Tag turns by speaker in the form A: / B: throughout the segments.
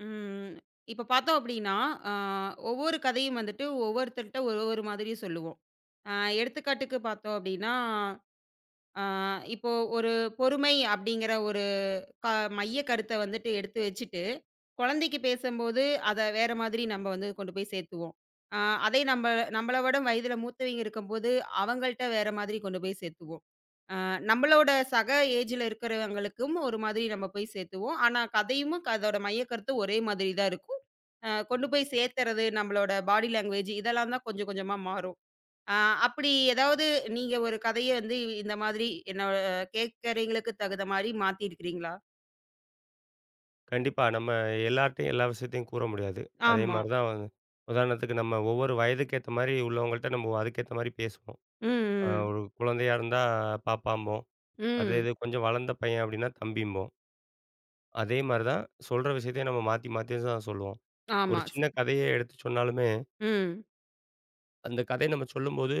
A: ம். இப்ப பார்த்தோம் அப்படின்னா, அ ஒவ்வொரு கதையும் வந்துட்டு ஒவ்வொருத்தர்ட்ட ஒரு ஒரு மாதிரி சொல்லுவோம். அ எடுத்துக்காட்டுக்கு பார்த்தோம் அப்படின்னா, அ இப்போ ஒரு பொறுமை அப்படிங்கிற ஒரு க மைய கருத்த வந்துட்டு எடுத்து வச்சுட்டு, குழந்தைக்கு பேசம்போது அத வேற மாதிரி நம்ம வந்து கொண்டு போய் சேர்த்துவோம். அ அதே நம்பள விட வயதில மூத்தவங்க இருக்கும்போது, அவங்கள்ட்ட வேற மாதிரி கொண்டு போய் சேர்த்துவோம். அ நம்மளோட சக ஏஜ்ல இருக்கிறவங்களுக்கும் ஒரு மாதிரி நம்ம போய் சேர்த்துவோம். ஆனா கதையும் அதோட மையக்கருத்து ஒரே மாதிரி தான் இருக்கும். கொண்டு போய் சேர்த்துறது, நம்மளோட பாடி லாங்குவேஜ் இதெல்லாம் தான் கொஞ்சம் கொஞ்சமா மாறும். அ அப்படி ஏதாவது நீங்க ஒரு கதைய வந்து இந்த மாதிரி என்னோட கேட்கிறவங்களுக்கு தகுந்த மாரி மாத்தியிருக்கிறீங்களா?
B: கண்டிப்பா. நம்ம எல்லார்ட்டயும் எல்லா விஷயத்தையும் கூற முடியாது. அதே
A: ஆமா.
B: மாரி தான் வந்து உதாரணத்துக்கு நம்ம ஒவ்வொரு வயதுக்கு ஏத்த மாரி உள்ளவங்கள்ட்ட நம்ம அதுக்கேத்த மாரி பேசுவோம்.
A: ம், ம்.
B: ஒரு குழந்தையா இருந்தா பாப்பாம்போம். அதே
A: ம்.
B: இது கொஞ்சம் வளர்ந்த பையன் அப்டின்னா தம்பிம்போம். அதே மாரி தான் சொல்ற விஷயத்தையும் நம்ம மாத்தி மாத்தி தான் சொல்லுவோம். ஒரு
A: ஆமா.
B: சின்ன கதையே எடுத்து சொன்னாலுமே,
A: ம்.
B: அந்த கதைய நம்ம சொல்லும்போது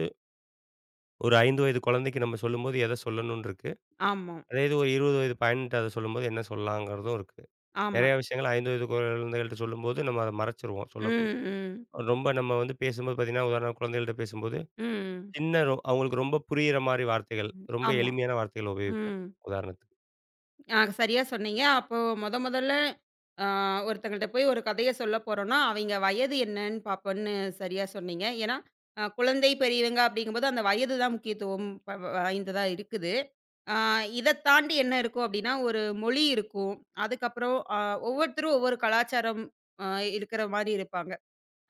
B: ஒரு 5 வயது குழந்தைக்கு நம்ம சொல்லும்போது எத சொல்லணும்னு இருக்கு.
A: ஆமா,
B: அதே இது ஒரு 20 வயது பையன்ட்ட அத சொல்லும்போது என்ன சொல்லலாங்கிறதும் இருக்கு.
A: ஆமா.
B: நெறைய விஷயங்கள் 5 வயது குழந்தைகள்ட்ட சொல்லும்போது நம்ம அத மறைச்சுருவோம்.
A: ம், ம்.
B: ரொம்ப நம்ம வந்து பேசும்போது பார்த்தீங்கன்னா, உதாரணமா குழந்தைகள்ட்ட பேசும்போது,
A: ம்.
B: சின்ன ரொ அவங்களுக்கு ரொம்ப புரியிற மாரி வார்த்தைகள், ரொம்ப
A: ஆமா.
B: எளிமையான வார்த்தைகள உபயோகிப்போம்.
A: ம்.
B: உதாரணத்துக்கு.
A: ஆ, சரியா சொன்னீங்க. அப்போ மொதல்ல ஆ ஒருத்தங்கள்ட்ட போய் ஒரு கதைய சொல்லப் போறோம்னா, அவைங்க வயது என்னன்னு பார்ப்போம்ன்னு சரியா சொன்னீங்க. ஏன்னா, குழந்தை, பெரியவங்க அப்படிங்கும்போது அந்த வயது தான் முக்கியத்துவம் ப வ வாய்ந்ததா இருக்குது. ஆ இதத் தாண்டி என்ன இருக்கும் அப்படின்னா, ஒரு மொழி இருக்கும். அதுக்கப்புறம் ஒவ்வொருத்தரும் ஒவ்வொரு கலாச்சாரம் அ இருக்கிற மாரி இருப்பாங்க.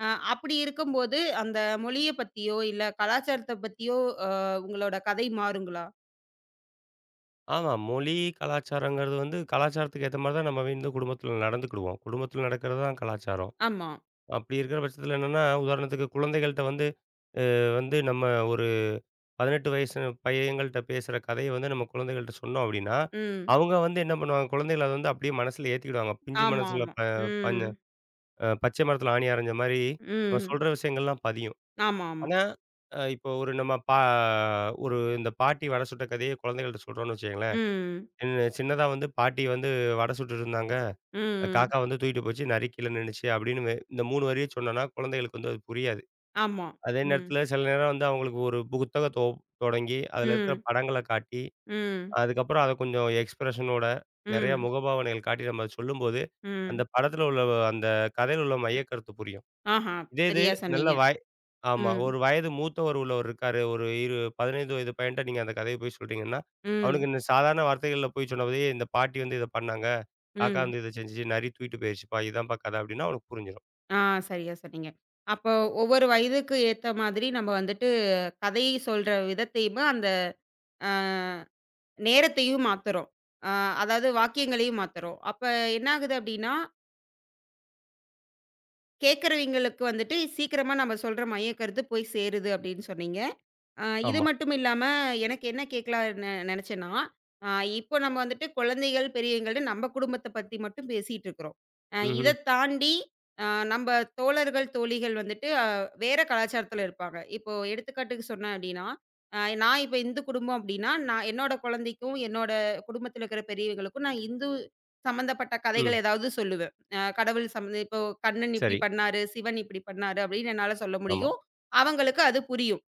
A: அ அப்படி இருக்கும்போது அந்த மொழியப் பத்தியோ, இல்ல கலாச்சாரத்தப் பத்தியோ அ உங்களோட கதை மாறுங்களா?
B: ஆமா. மொழி, கலாச்சாரங்கிறது வந்து கலாச்சாரத்துக்கு ஏத்த மாரி தான் நம்ம வந்து குடும்பத்தில நடந்துக்கிடுவோம். குடும்பத்தில நடக்கிறது தான் கலாச்சாரம்.
A: ஆமா.
B: அப்படி இருக்கிற பட்சத்தில என்னன்னா, உதாரணத்துக்கு குழந்தைகள்ட்ட வந்து அ வந்து நம்ம ஒரு 18 வயசு பையங்கள்ட்ட பேசுற கதைய வந்து நம்ம குழந்தைகள்ட்ட சொன்னோம் அப்படின்னா,
A: ம்.
B: அவங்க வந்து என்ன பண்ணுவாங்க, குழந்தைகள் அத வந்து அப்படியே மனசுல ஏத்திக்கிடுவாங்க. பிஞ்சு
A: ஆமா,
B: மனசுல
A: ஆமா.
B: ப பஞ
A: ம்.
B: அ பச்சை மரத்தில ஆணி அரைஞ்ச மாரி, நம்ம
A: ம்.
B: சொல்ற விஷயங்கள்லாம் பதியும்.
A: ஆமா, ஆமா.
B: ஆனா, அ இப்போ ஒரு நம்ம பா ஒரு இந்த பாட்டி வடை சுட்ட கதைய குழந்தைகள்ட்ட சொல்றோம்னு வச்சுக்கங்களேன்,
A: ம்.
B: சின்ன சின்னதா வந்து பாட்டி வந்து வடை சுட்டுட்டுருந்தாங்க.
A: ம்.
B: காக்கா வந்து தூக்கிட்டு போச்சு, நரி கீழ நின்னுச்சு அப்படின்னு இந்த 3 வரிய சொன்னோம்னா, குழந்தைகளுக்கு வந்து அது புரியாது.
A: ஆமா.
B: அதே
A: ம்.
B: நேரத்தில சில நேரம் வந்து அவங்களுக்கு ஒரு புத்தகத்தோ தொடங்கி, அதில இருக்கிற
A: ம்.
B: படங்கள காட்டி,
A: ம்.
B: அதுக்கப்புறம் அத கொஞ்சம் எக்ஸ்பிரஷனோட நெறைய
A: ம்.
B: முகபாவனைகள் காட்டி நம்ம சொல்லும்போது, அந்த
A: ம்.
B: படத்தில உள்ள அந்த கதையில உள்ள மையக்கருத்து புரியும்.
A: ஆஹா!
B: இதே இது
A: சரியா
B: நல்ல
A: சொன்னீங்க.
B: வய ஆமா.
A: ம்.
B: ஒரு வயது மூத்தவர் உள்ளவர் இருக்காரு. ஒரு 15 வயது பையன்ட்ட நீங்க அந்த கதைய போய் சொல்றீங்கன்னா,
A: ம்.
B: அவனுக்கு இந்த சாதாரண வார்த்தைகள்ல போய் சொன்னபோதே, இந்த பாட்டி வந்து இத பண்ணாங்க. காக்கா
A: ம்.
B: வந்து இத செஞ்சுச்சு. நரி தூக்கிட்டு போயிருச்சுப்பா. இதான்ப்பா கதை அப்டின்னா அவனுக்கு புரிஞ்சிரும்.
A: ஆ, சரியா சொன்னீங்க. அப்போ ஒவ்வொரு வயதுக்கு ஏத்த மாதிரி நம்ம வந்துட்டு கதையை சொல்ற விதத்தையுமே அந்த அ நேரத்தையும் மாத்துறோம். அ அதாவது வாக்கியங்களையும் மாத்துறோம். அப்ப என்ன ஆகுது அப்டின்னா, கேட்கிறவங்களுக்கு வந்துட்டு சீக்கிரமா நம்ம சொல்ற மையக்கருத்து போய் சேருது அப்டின்னு சொன்னீங்க. இது
B: ஆமா.
A: மட்டும் இல்லாம, எனக்கு என்ன கேட்கலாம் நெனச்சேன்னா, ஆ இப்போ நம்ம வந்துட்டு குழந்தைகள், பெரியவங்கள்ன்னு நம்ம குடும்பத்த பத்தி மட்டும் பேசிட்டு இருக்கிறோம்.
B: ம்ஹ்ம்.
A: இத தாண்டி அ நம்ப தோழர்கள், தோழிகள் வந்துட்டு வேற கலாச்சாரத்துல இருப்பாங்க. இப்போ எடுத்துக்காட்டுக்கு சொன்னேன் அப்டின்னா, நான் இப்ப இந்து குடும்பம் அப்டின்னா, நான் என்னோட குழந்தைக்கும், என்னோட குடும்பத்துல இருக்கிற பெரியவங்களுக்கும் நான் இந்து சம்மந்தப்பட்ட கதைகள்
B: ம்.
A: ஏதாவது சொல்லுவேன். கடவுள் சம்மந்த இப்போ கண்ணன் இப்டி
B: சரி.
A: பண்ணாரு, சிவன் இப்டி பண்ணாரு அப்டின்னு என்னால சொல்ல
B: ஆமா.
A: முடியும். அவங்களுக்கு அது புரியும்.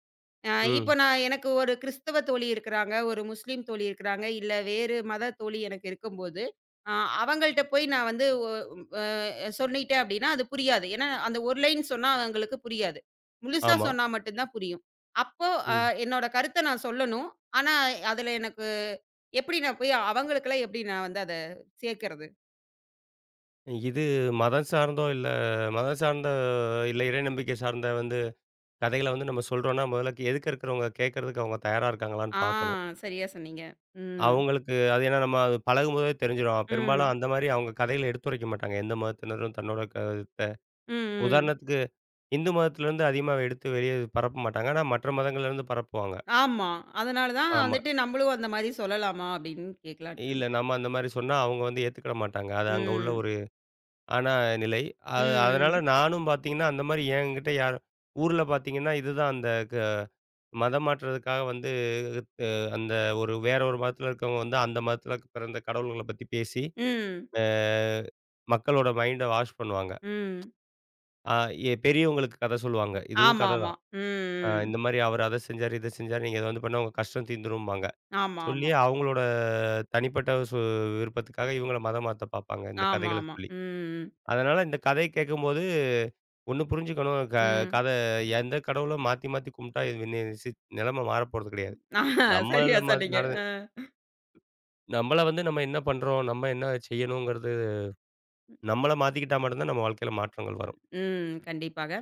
A: இப்போ
B: ம்.
A: நான் எனக்கு ஒரு கிறிஸ்தவ தோழி இருக்கிறாங்க, ஒரு முஸ்லீம் தோழி இருக்கிறாங்க, இல்ல வேறு மத தோழி எனக்கு இருக்கும்போது, அ அவங்கள்ட்ட போய் நான் வந்து சொல்லிட்டேன் அப்டின்னா, அது புரியாது. ஏன்னா, அந்த ஒரு லைன் சொன்னா அவங்களுக்கு புரியாது. முழுசா
B: ஆமா.
A: சொன்னா மட்டும் தான் புரியும். அப்போ அ
B: ம்.
A: என்னோட கருத்த நான் சொல்லணும். ஆனா, அதுல எனக்கு எப்டி நான் போய் அவங்களுக்கெல்லாம் எப்டி நான் வந்து அத சேர்க்கிறது?
B: இது மதம் சார்ந்தோ, இல்ல மதம் சார்ந்த இல்ல இறை நம்பிக்கை சார்ந்த வந்து கதைகள வந்து நம்ம சொல்றோம்னா, முதல்ல எதுக்க இருக்கிறவங்க கேட்கறதுக்கு அவங்க தயாரா இருக்காங்களான்னு
A: ஆ,
B: பார்க்கணும்.
A: சரியா சொன்னீங்க. ம்.
B: அவங்களுக்கு அது ஏன்னா நம்ம அது பழகும்போதே தெரிஞ்சிரும். பெரும்பாலும்
A: ம்.
B: அந்த மாரி அவங்க கதையில எடுத்துரைக்க மாட்டாங்க. எந்த மதத்தினரும் தன்னோட கருத்த
A: ம். ம்.
B: உதாரணத்துக்கு இந்து மதத்திலருந்து அதிகமா எடுத்து வெளிய பரப்ப மாட்டாங்க. ஆனா மற்ற மதங்கள்லேருந்து பரப்புவாங்க.
A: ஆமா. அதனால தான்
B: ஆமா.
A: வந்துட்டு, "நம்பளும் அந்த மாரி சொல்லலாமா?" அப்டின்னு கேட்கலான்ட்டு
B: இல்ல நம்ம அந்த மாரி சொன்னா அவங்க வந்து ஏத்துக்கிட மாட்டாங்க. அது அங்க உள்ள
A: ம்.
B: ஒரு ஆனா நிலை. அதனால
A: ம்.
B: நானும் பார்த்தீங்கன்னா, அந்த மாரி என்கிட்ட யாரும் ஊர்ல பார்த்தீங்கன்னா, இதுதான் அந்த மதம் மாற்றதுக்காக வந்து அ அந்த ஒரு வேற ஒரு மதத்தில இருக்கவங்க வந்து அந்த மதத்தில பிறந்த கடவுள்கள பத்தி பேசி
A: ம்.
B: அ மக்களோட மைண்ட வாஷ் பண்ணுவாங்க.
A: ம்.
B: அ எ பெரியவங்களுக்கு கத சொல்லுவாங்க. இதுவும் கத
A: ஆமாமா.
B: தான்.
A: ம். ம்.
B: இந்த மாரி அவரு அத செஞ்சாரு, இத செஞ்சாரு. நீங்க இத வந்து பண்ணா உங்க கஷ்டம் தீந்துரும்பாங்க. சொல்லி
A: ஆமாமா.
B: அவங்களோட தனிப்பட்ட விருப்பத்துக்காக இவங்கள மதம் மாத்த பார்ப்பாங்க, இந்த கதைகள
A: ஆமாமா.
B: சொல்லி.
A: ம்.
B: அதனால இந்த கதை கேட்கும்போது ஒண்ணு புரிஞ்சுக்கணும். க
A: ம்.
B: கத எந்த கடவுளும் மாத்தி மாத்தி கும்பிட்டா இது நி சி நிலைமை மாறப்போறது கிடையாது.
A: ம். சரியா
B: நம்மள மா
A: சொன்னீங்க.
B: நட
A: அ.
B: நம்மள வந்து நம்ம என்ன பண்றோம்? நம்ம என்ன செய்யணுங்கிறது நம்மள மாத்திக்கிட்டா மட்டும் தான் நம்ம வாழ்க்கையில மாற்றங்கள் வரும்.
A: ம். கண்டிப்பாக.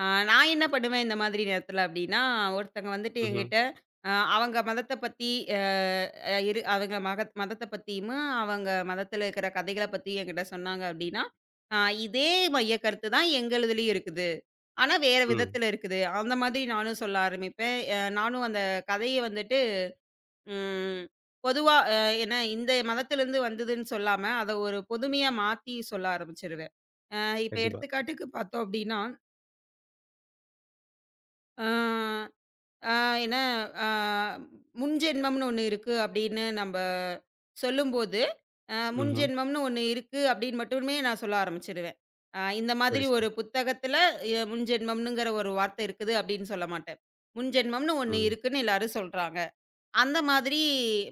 A: அ நான் என்ன பண்ணுவேன் இந்த மாதிரி நேரத்தில அப்டின்னா, ஒருத்தங்க வந்துட்டு
B: ம்ஹ்ம்.
A: என்கிட்ட அவங்க மதத்த பத்தி அ அ இரு அவங்க மகத் மதத்த பத்தியும், அவங்க மதத்தில இருக்கிற கதைகள பத்தி என்கிட்ட சொன்னாங்க அப்டின்னா, அ இதே மைய கருத்து தான் எங்களுதிலயும் இருக்குது. ஆனா வேற
B: ம்.
A: விதத்துல இருக்குது. அந்த மாதிரி நானும் சொல்ல ஆரம்பிப்பேன். நானும் அந்த கதைய வந்துட்டு ம் பொதுவா ஏன்னா இந்த மதத்திலருந்து வந்ததுன்னு சொல்லாம, அத ஒரு பொதுமையா மாத்தி சொல்ல ஆரம்பிச்சுருவேன். அ இப்ப
B: கண்டிப்பா.
A: எடுத்துக்காட்டுக்கு பார்த்தோம் அப்டின்னா, அ ஆ ஏன்னா, ஆ முன்ஜென்மம்னு ஒண்ணு இருக்கு அப்படின்னு நம்ப சொல்லும்போது,
B: ம்ஹ்ம்.
A: முன்ஜென்மம்னு ஒண்ணு இருக்கு அப்படின்னு மட்டுமே நான் சொல்ல ஆரம்பிச்சுருவேன். இந்த
B: சரி,
A: மாதிரி
B: சரி.
A: ஒரு புத்தகத்துல முன்ஜென்மம்னுங்கிற ஒரு வார்த்தை இருக்குது அப்படின்னு சொல்ல மாட்டேன். முன்ஜென்மம்னு ஒண்ணு
B: ம்.
A: இருக்குன்னு எல்லாரும் சொல்றாங்க. அந்த மாதிரி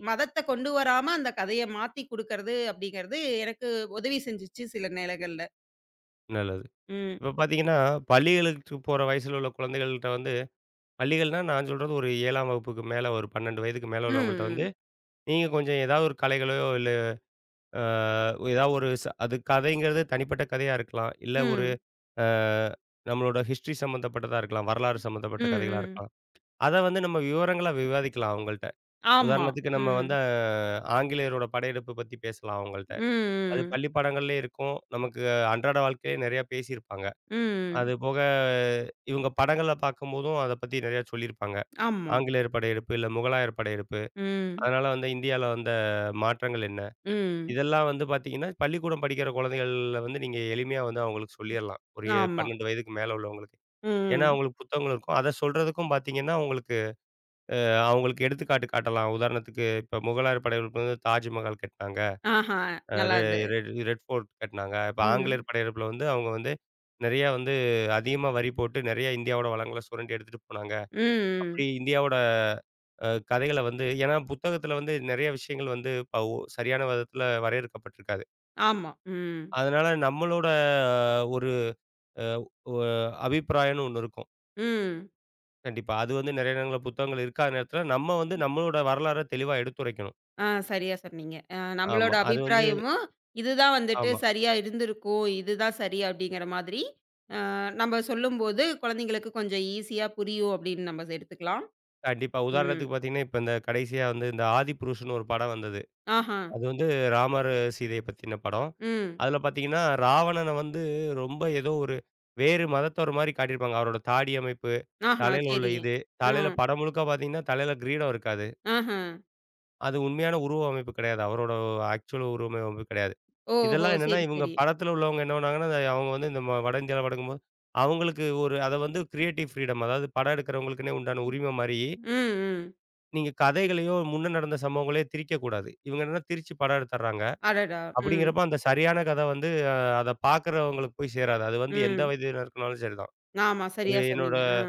A: மதத்த கொண்டு வராம அந்த கதைய மாத்தி குடுக்கறது அப்படிங்கிறது எனக்கு உதவி செஞ்சுச்சு சில நேரங்கள்ல.
B: நல்லது.
A: ம்.
B: இப்ப பார்த்தீங்கன்னா, பள்ளிகளுக்கு போற வயசுல உள்ள குழந்தைகள்ட்ட வந்து பள்ளிகள்னா நான் சொல்றது ஒரு 7ஆம் வகுப்புக்கு மேல ஒரு 12 வயதுக்கு மேல உள்ளவங்கள்ட்ட வந்து,
A: ம்.
B: நீங்க கொஞ்சம் ஏதாவது ஒரு கலைகளையோ, இல்ல அ ஏதாவது ஒரு ச அது கதைங்கிறது தனிப்பட்ட கதையா இருக்கலாம். இல்ல ஒரு
A: ம்.
B: அ நம்மளோட ஹிஸ்ட்ரி சம்மந்தப்பட்டதா இருக்கலாம். வரலாறு
A: ம்.
B: சம்மந்தப்பட்ட
A: ம்.
B: கதைகளா
A: ம். ம்.
B: இருக்கலாம். அத வந்து நம்ம விவரங்களா விவாதிக்கலாம் அவங்கள்ட்ட.
A: ஆமா.
B: உதாரணத்துக்கு நம்ம
A: ம்.
B: வந்து ஆங்கிலேயரோட படையெடுப்பு பத்தி பேசலாம் அவங்கள்ட்ட. அது
A: ம்.
B: பள்ளி பாடங்கள்லே இருக்கும். நமக்கு அன்றாட வாழ்க்கையிலே நெறையா பேசியிருப்பாங்க.
A: ம். ம்.
B: அது போக இவங்க படங்கள பார்க்கும்போதும் அத பத்தி நெறையா சொல்லியிருப்பாங்க.
A: ஆமா.
B: ஆங்கிலேயர் படையெடுப்பு, இல்ல முகலாயர் படையெடுப்பு.
A: ம்.
B: அதனால வந்து இந்தியால வந்த மாற்றங்கள் என்ன?
A: ம்.
B: இதெல்லாம் வந்து பார்த்தீங்கன்னா, பள்ளிக்கூடம் படிக்கிற குழந்தைகள்ல வந்து நீங்க எளிமையா வந்து அவங்களுக்கு சொல்லிறலாம். ஒரு
A: ஆமா.
B: 12 வயதுக்கு மேல உள்ளவங்களுக்கு. ஏன்னா
A: ம்.
B: அவங்களுக்கு புத்தகங்கள் இருக்கும். அத சொல்றதுக்கும் பார்த்தீங்கன்னா, உங்களுக்கு அ அவங்களுக்கு எடுத்துக்காட்டு காட்டலாம். உதாரணத்துக்கு இப்ப முகலாயர் படையெடுப்பு வந்து தாஜ்மஹால் கட்னாங்க.
A: ஆஹா!
B: அ ரெ
A: நல்லாது.
B: ரெட் ரெட் ஃபோர்ட் கட்டுனாங்க. இப்ப
A: ம்.
B: ஆங்கிலேயர் படையெடுப்புல வந்து அவங்க வந்து நெறையா வந்து அதிகமா வரி போட்டு நெறையா இந்தியாவோட வளங்கள சுரண்டி எடுத்துட்டு போனாங்க.
A: ம்.
B: அப்படி இந்தியாவோட கதைகள வந்து ஏன்னா புத்தகத்துல வந்து நெறைய விஷயங்கள் வந்து ப ஒ சரியான விதத்துல வரையறுக்கப்பட்டிருக்காது.
A: ஆமா. ம்.
B: அதனால நம்மளோட ஒரு அ ஒ அபிப்பிராயம்னு ஒண்ணு இருக்கும்.
A: ம்.
B: கண்டிப்பா. அது வந்து நெறைய நேரங்கள்ல புத்தகங்கள் இருக்காத நேரத்துல நம்ம வந்து நம்மளோட வரலாற தெளிவா எடுத்துரைக்கணும்.
A: ஆ, சரியா சொன்னீங்க.
B: ஆமா.
A: நம்மளோட
B: அது வந்து
A: அபிப்பிராயமும், இதுதான் வந்துட்டு
B: ஆமா.
A: சரியா இருந்திருக்கும். இதுதான் சரி அப்படிங்கிற மாதிரி, அ நம்ம சொல்லும்போது குழந்தைங்களுக்கு கொஞ்சம் ஈஸியா புரியும் அப்படின்னு நம்ம எடுத்துக்கலாம்.
B: கண்டிப்பா.
A: ம்.
B: உதாரணத்துக்கு பார்த்தீங்கன்னா, இப்ப இந்த கடைசியா வந்து இந்த "ஆதிபுருஷன்" ஒரு படம் வந்தது.
A: ஆஹா.
B: அது வந்து ராமர், சீதைய பத்தின படம்.
A: ம்.
B: அதுல பாத்தீங்கன்னா, ராவணன வந்து ரொம்ப ஏதோ ஒரு வேறு மதத்தவர் மாரி காட்டியிருப்பாங்க. அவரோட தாடி அமைப்பு,
A: ஆஹா.
B: தலையில உள்ள
A: சரி.
B: இது,
A: ஆ.
B: தலையில படம் முழுக்க பாத்தீங்கன்னா, தலையில கிரீடம் இருக்காது.
A: ஆஹ.
B: அது உண்மையான உருவ அமைப்பு கெடையாது. அவரோட ஆக்சுவல் உருவ அமைப்பு கெடையாது.
A: ஓஹோ!
B: இதெல்லாம் என்னன்னா,
A: சரி,
B: இவங்க
A: சரி.
B: படத்துல உள்ளவங்க என்ன பண்ணாங்கன்னா, அத அவங்க வந்து இந்த வட இந்தியால படக்கும்போது, அவங்களுக்கு ஒரு அத வந்து கிரியேட்டிவ் ஃப்ரீடம் அதாவது படம் எடுக்கிறவங்களுக்குன்னே உண்டான உரிமை மாரி,
A: ம், ம்.
B: நீங்க கதைகளையோ, முன்ன நடந்த சம்பவங்களையோ திரிக்கக்கூடாது. இவங்க என்னன்னா திரிச்சு படம் எடுத்துர்றாங்க.
A: அடடா! ம்.
B: அப்படிங்கிறப்ப அந்த சரியான கதை வந்து அத பார்க்குறவங்களுக்கு போய் சேராது. அது வந்து எந்த
A: ம்.
B: வயதினருக்குனாலும் சரிதான்.
A: ஆமா.
B: ஒரு
A: சரியா
B: என்னோட
A: சொன்னீங்க. ஆ.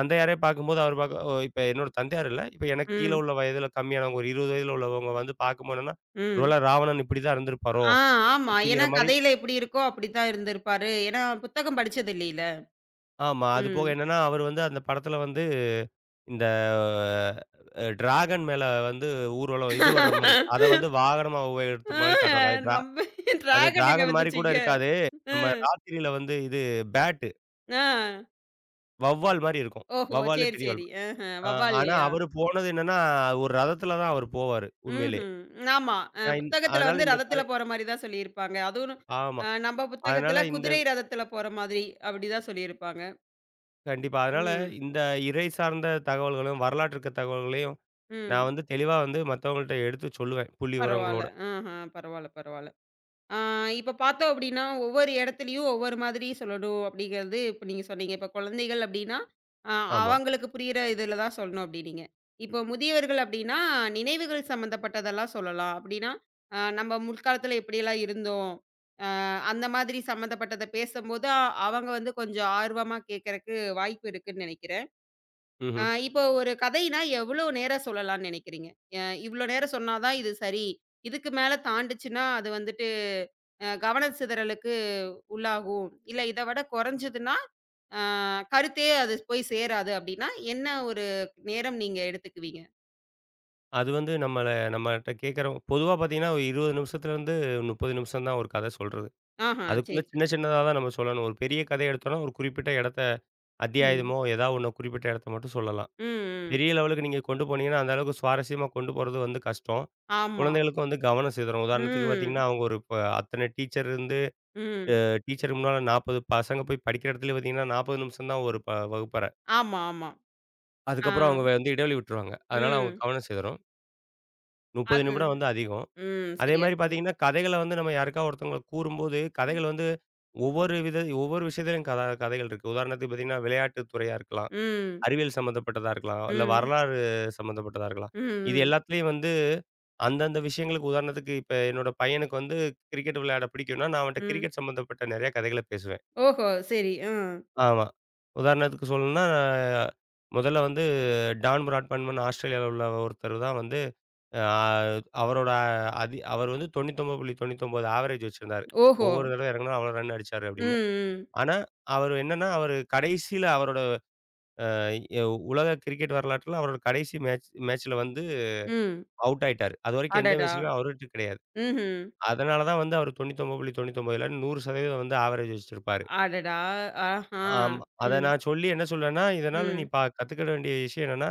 B: தந்தையாரே பார்க்கும்போது அவர் பார்க்க ஓ இப்ப என்னோட தந்தையார் இல்ல. இப்ப எனக்கு கீழ
A: ம்.
B: உள்ள வயதில கம்மியானவங்க ஒரு 20 வயதில உள்ளவங்க வந்து பார்க்கும்போது என்னன்னா,
A: ம்.
B: ஒருவேள ராவணன் இப்படி தான் இருந்திருப்பாரோ!
A: ஆ, ஆமா. ஏன்னா
B: அப்படிங்கிற மாரி
A: கதையில எப்படி இருக்கோ அப்படித்தான் இருந்திருப்பாரு. ஏன்னா புத்தகம் படிச்சது இல்லைல.
B: ஆமா. அது போக
A: ம்.
B: என்னன்னா, அவர் வந்து அந்த படத்தில வந்து இந்த டிராகன் மேல வந்து ஊர்வலம் இது வர்ற மாரி, அத வந்து வாகனமா உபயோகித்த
A: ஆ
B: மாரி காட்டுவாங்க. அது ட்ரா
A: நம்ம
B: அது
A: டிராகன் எங்க
B: டிராகன் மாரி கூட
A: வந்துச்சுங்க?
B: இருக்காது. நம்ம
A: ம்.
B: ராத்திரியில வந்து இது பேட்
A: ஆ.
B: வௌவால் மாரி இருக்கும்.
A: ஓஹோ!
B: வௌவாலு,
A: சரி,
B: பெரிய
A: சரி.
B: வௌவால்.
A: ஆஹ.
B: ஆ ஆனா
A: வௌவால்லையா?
B: அவரு போனது என்னன்னா, ஒரு ரதத்துல தான் அவரு போவாரு, உண்மையிலேயே.
A: ம்ஹ்ம். ஆமா.
B: நான் இந்
A: புத்தகத்துல
B: அதனால
A: வந்து
B: இந்த
A: ரதத்துல
B: கதை
A: போற மாரி தான் சொல்லியிருப்பாங்க. அதுவும்
B: ஆமா.
A: நம்ம
B: அதனால
A: புத்தகத்துல
B: இந்த
A: குதிரை ரதத்துல போற மாதிரி அப்படிதான் சொல்லியிருப்பாங்க.
B: கண்டிப்பா. அதனால
A: ம்.
B: இந்த இறை சார்ந்த தகவல்களும், வரலாற்று இருக்க தகவல்களையும் நான்
A: ம்.
B: வந்து தெளிவா வந்து மத்தவங்கள்ட்ட எடுத்து சொல்லுவேன்,
A: பரவால்ல.
B: புள்ளிவிவரங்களோட.
A: ஆஹ. பரவால்ல, பரவால்ல. ஆ, இப்ப பார்த்தோம் அப்படின்னா, ஒவ்வொரு இடத்துலயும் ஒவ்வொரு மாதிரி சொல்லணும் அப்படிங்கிறது இப்ப நீங்க சொன்னீங்க. இப்ப குழந்தைகள் அப்படின்னா, அ
B: ஆமா.
A: அவங்களுக்கு புரியிற இதுல தான் சொல்லணும் அப்படின்னீங்க. இப்போ முதியவர்கள் அப்படின்னா, நினைவுகள் சம்மந்தப்பட்டதெல்லாம் சொல்லலாம். அப்படின்னா, நம்ம முற்காலத்துல எப்படியெல்லாம் இருந்தோம், அ அந்த மாதிரி சம்மந்தப்பட்டத பேசம்போது, அவங்க வந்து கொஞ்சம் ஆர்வமா கேட்கறக்கு வாய்ப்பு இருக்குன்னு நெனைக்கிறேன்.
B: ம்ஹ்ம்.
A: இப்போ ஒரு கதைனா எவ்வளோ நேரம் சொல்லலாம்னு நெனைக்கிறீங்க? அ இவ்வளோ நேரம் சொன்னா தான் இது சரி. இதுக்கு மேல தாண்டுச்சுன்னா, அது வந்து கவன சிதறலுக்கு உள்ளாகும். இல்ல இத விட குறைஞ்சதுன்னா, அ கருத்தே அது போய் சேராது அப்படின்னா, என்ன ஒரு நேரம் நீங்க எடுத்துக்குவீங்க?
B: அது வந்து நம்மள நம்மட்ட கேட்கிறவங்க பொதுவா பார்த்தீங்கன்னா, ஒரு 20 நிமிஷத்துலேருந்து 30 நிமிஷம் தான் ஒரு கதை சொல்றது.
A: ஆஹா,
B: அதுக்குள்ள
A: சரி, சரி.
B: சின்ன சின்னதா தான் நம்ம சொல்லணும். ஒரு பெரிய கதை எடுத்தோம்னா, ஒரு குறிப்பிட்ட இடத்த
A: ம்.
B: அத்தியாயமோ, ஏதாவது ஒண்ண குறிப்பிட்ட இடத்த மட்டும் சொல்லலாம்.
A: ம், ம்.
B: பெரிய லெவலுக்கு நீங்க கொண்டு போனீங்கன்னா, அந்த அளவுக்கு சுவாரஸ்யமா கொண்டு போறது வந்து கஷ்டம்.
A: ஆமா.
B: குழந்தைகளுக்கும் வந்து கவனம் சிதறும். உதாரணத்துக்கு பார்த்தீங்கன்னா,
A: ம்,
B: அவங்க ஒரு இப்ப அத்தன டீச்சர் இருந்து
A: ம்.
B: டீச்சருக்கு முன்னால 40 பசங்க போய் படிக்கிற இடத்துலயே பார்த்தீங்கன்னா, 40 நிமிஷம் தான் ஒரு வகுப்பறை.
A: ஆமா, ஆமா. ஆ,
B: அதுக்கப்புறம் அவங்க வந்து இடைவெளி விட்டுருவாங்க. அதனால அவங்க
A: ம்.
B: கவனம் சிதறும். 30
A: அது
B: நிமிடம் வந்து அதிகம்.
A: ம். சரியா
B: அதேமாரி
A: சொன்னீங்க.
B: பார்த்தீங்கன்னா, கதைகள வந்து நம்ம யாருக்கா ஒருத்தவங்களுக்கு கூறும்போது, கதைகள் வந்து ஒவ்வொரு வித ஒவ்வொரு விஷயத்திலும் கதைகள் இருக்கு. உதாரணத்துக்கு பார்த்தீங்கன்னா, விளையாட்டு துறையா இருக்கலாம்.
A: ம்,
B: அறிவியல் சம்மந்தப்பட்டதா இருக்கலாம். இல்ல
A: ம்,
B: வரலாறு சம்மந்தப்பட்டதா இருக்கலாம்.
A: ம்,
B: இது
A: ம்,
B: எல்லாத்துலயும் வந்து அந்தந்த விஷயங்களுக்கு உதாரணத்துக்கு இப்ப என்னோட பையனுக்கு வந்து கிரிக்கெட் விளையாட பிடிக்கும்னா, நான் அவன்ட்ட
A: ம்.
B: கிரிக்கெட் சம்மந்தப்பட்ட நெறைய கதைகள பேசுவேன்.
A: ஓஹோ! சரி. அ.
B: ஆமா. உதாரணத்துக்கு சொல்லணும்னா, நான் முதல்ல வந்து டான் பிராட்மேன் ஆஸ்திரேலியால உள்ள ஒருத்தர் தான் வந்து அ அவரோட அதி அவர் வந்து 99.99 ஆவரேஜ் வச்சிருந்தாரு.
A: ஓஹோ!
B: ஒவ்வொரு தடவ இறங்குனா அவ்வளோ ரன் அடிச்சாரு
A: ம்,
B: அப்படின்னு.
A: ம்,
B: ஆனா, அவரு என்னன்னா அவரு கடைசியில அவரோட எ உலக கிரிக்கெட் வரலாற்றில அவரோட கடைசி மேட்ச்ல வந்து
A: ம்.
B: அவுட் ஆயிட்டாரு. அதுவரைக்கும் எந்த
A: அடடா!
B: மேட்ச்லயும் அவுட் கிடையாது.
A: ம்ஹ்ம்.
B: அதனால தான் வந்து அவர் 99.99 இலன்னு 100% வந்து ஆவரேஜ் வச்சிருப்பாரு.
A: அடடா! ஆஹா!
B: ஆமா. அத
A: ம்,
B: நான் சொல்லி என்ன சொல்வேன்னா, இதனால நீ
A: ம்,
B: ப கத்துக்கிட வேண்டிய விஷயம் என்னன்னா,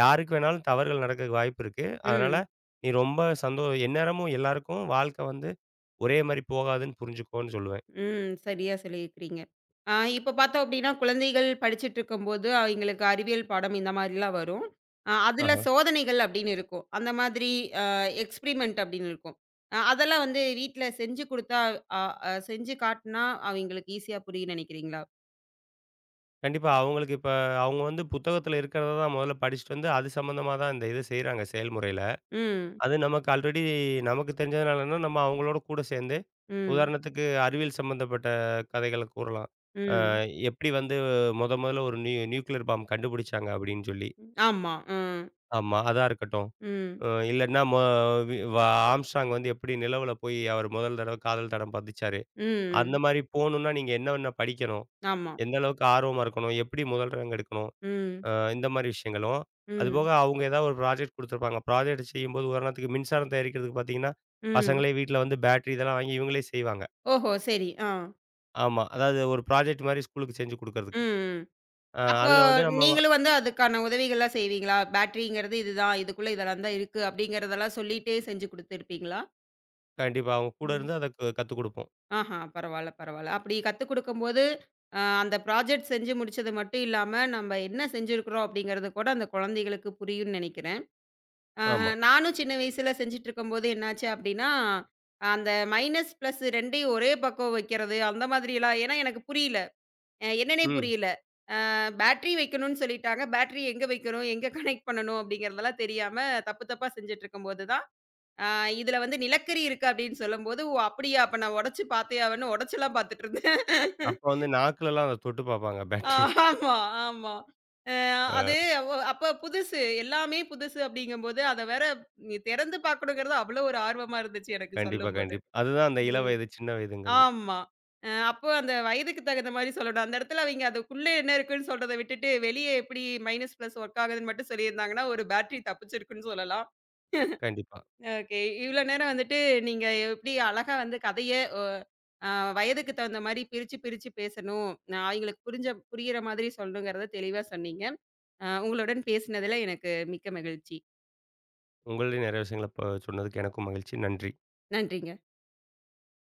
B: யாருக்கு வேணாலும் தவறுகள் நடக்கறதுக்கு வாய்ப்பு இருக்கு. அதனால
A: ம்.
B: நீ ரொம்ப சந்தோ எந்நேரமும் எல்லாருக்கும் வாழ்க்கை வந்து ஒரே மாரி போகாதுன்னு புரிஞ்சுக்கோன்னு சொல்லுவேன்.
A: ம். சரியா சொல்லியிருக்கிறீங்க. ஆ, இப்ப பார்த்தோம் அப்படின்னா, குழந்தைகள் படிச்சுட்டு இருக்கும்போது, அவங்களுக்கு அறிவியல் பாடம் இந்த மாரிலாம் வரும். அதுல
B: ஆஹா.
A: சோதனைகள் அப்படின்னு இருக்கும். அந்த மாதிரி அ எக்ஸ்பிரிமெண்ட் அப்படின்னு இருக்கும். அதெல்லாம் வந்து வீட்ல செஞ்சு குடுத்தா, அ அ செஞ்சு காட்டுனா, அவங்களுக்கு ஈஸியா புரியும்ன்னு நெனைக்கிறீங்களா?
B: கண்டிப்பா அவங்களுக்கு இப்ப அவங்க வந்து புத்தகத்துல இருக்கிறத தான் முதல்ல படிச்சுட்டு வந்து, அது சம்மந்தமா தான் இந்த இத செய்றாங்க செயல்முறையில.
A: ம்.
B: அது நமக்கு ஆல்ரெடி நமக்கு தெரிஞ்சதுனால என்னன்னா, நம்ம அவங்களோட கூட சேர்ந்து,
A: ம்.
B: உதாரணத்துக்கு அறிவியல் சம்மந்தப்பட்ட கதைகள கூறலாம். அ
A: ம்.
B: எப்படி வந்து மொதல்ல ஒரு நியூக்ளியர் பாம் கண்டுபிடிச்சாங்க அப்படின்னு சொல்லி.
A: ஆமா. ம்.
B: ஆமா, அதா இருக்கட்டும்.
A: ம்.
B: அ இல்லன்னா மொ வி வ ஆம்ஸ்ட்ராங் வந்து எப்படி நிலவுல போய் அவர் முதல் தடவ காதல் தடம் பதிச்சாரு.
A: ம்.
B: அந்த
A: ம்.
B: மாரி போணும்னா, நீங்க என்னென்ன படிக்கணும்?
A: ஆமா.
B: எந்த அளவுக்கு ஆர்வமா இருக்கணும்? எப்படி முதல் ரேங்க் எடுக்கணும்?
A: ம்.
B: அ இந்த மாரி விஷயங்களும்.
A: ம்.
B: அதுபோக அவங்க ஏதாவது ஒரு ப்ராஜெக்ட் குடுத்துருப்பாங்க. ப்ராஜெக்ட் செய்யும்போது உதாரணத்துக்கு மின்சாரம் தயாரிக்கிறதுக்கு பார்த்தீங்கன்னா,
A: ம்.
B: பசங்களே வீட்ல வந்து பேட்டரி இதெல்லாம் வாங்கி இவங்களே செய்வாங்க.
A: ஓஹோ! சரி. ஆ.
B: ஆமா. அதாவது ஒரு ப்ராஜெக்ட் மாரி ஸ்கூலுக்கு செஞ்சு
A: ம்.
B: குடுக்கறதுக்கு.
A: ம்.
B: அ
A: அப்போ
B: அதுல வந்து நம்ம வ
A: நீங்களும் வந்து அதுக்கான உதவிகள்லாம் செய்வீங்களா? பேட்டரிங்கிறது இதுதான். இதுக்குள்ள இதெல்லாம் தான் இருக்கு. அப்படிங்கிறதெல்லாம் சொல்லிட்டே செஞ்சு குடுத்துருப்பீங்களா?
B: கண்டிப்பா அவங்க கூட
A: ம்.
B: இருந்து அத கத்துக் குடுப்போம்.
A: ஆஹா! பரவால்ல, பரவால்ல. அப்படி கத்துக் குடுக்கும்போது, அந்த ப்ராஜெக்ட் செஞ்சு முடிச்சது மட்டும் இல்லாம, நம்ம என்ன செஞ்சிருக்கிறோம் அப்படிங்கிறது கூட அந்த குழந்தைகளுக்கு புரியும்னு நெனைக்கிறேன். ஆஹ,
B: ஆமா.
A: நானும் சின்ன வயசுல செஞ்சுட்டுருக்கும்போது என்னாச்சு அப்படின்னா, அந்த மைனஸ், பிளஸ் 2யும் ஒரே பக்கம் வைக்கிறது, அந்த மாதிரிலாம் ஏன்னா எனக்கு புரியல. என்னன்னே
B: ம்.
A: புரியல. அ பேட்டரி வைக்கணும்னு சொல்லிட்டாங்க. பேட்டரி எங்க வைக்கணும்? எங்க கனெக்ட் பண்ணணும்? அப்படிங்கிறதெல்லாம் தெரியாம தப்பு தப்பா செஞ்சுட்டுருக்கும்போது தான், அ இதுல வந்து நிலக்கரி இருக்கு அப்படின்னு சொல்லும்போது, ஓ! அப்படியா? அப்ப நான் உடைச்சு பார்த்தே ஆவன்னு உடைச்செல்லாம் பார்த்துட்டுருந்தேன்.
B: அப்ப வந்து நாக்குலலாம் அத தொட்டு பார்ப்பாங்க பேட்டரி.
A: ஆமா, ஆமா. அ
B: அ
A: அது அப்ப புதுசு. எல்லாமே புதுசு அப்படிங்கும்போது, அத வேற நீ திறந்து பார்க்கணுங்கிறது அவ்வளோ ஒரு ஆர்வமா இருந்துச்சு எனக்கு
B: கண்டிப்பா,
A: சொல்லும்போது.
B: கண்டிப்பா. அதுதான் அந்த
A: ம்.
B: இளவயது, சின்ன வயதுங்கிறது.
A: ஆமா. அப்போ அந்த வயதுக்கு தகுந்த மாரி சொல்லணும். அந்த இடத்துல அவைங்க அதுக்குள்ள என்ன இருக்குன்னு சொல்றத விட்டுட்டு, வெளிய எப்படி மைனஸ், பிளஸ் ஒர்க் ஆகுதுன்னு மட்டும் சொல்லியிருந்தாங்கன்னா, ஒரு பேட்டரி தப்பிச்சிருக்குன்னு சொல்லலாம்.
B: கண்டிப்பா.
A: ஓகே. இவ்ளோ நேரம் வந்துட்டு நீங்க எப்படி அழகா வந்து கதைய ஒ அ வயதுக்கு தகுந்த மாரி பிரிச்சு, பிரிச்சு பேசணும். அவைங்களுக்கு புரியிற மாதிரி சொல்லணுங்கிறத தெளிவா சொன்னீங்க. உங்களுடன் பேசினதுல எனக்கு மிக்க மகிழ்ச்சி.
B: உங்கள்டையும் நெறைய விஷயங்கள சொன்னதுக்கு எனக்கும் மகிழ்ச்சி. நன்றி.
A: நன்றிங்க.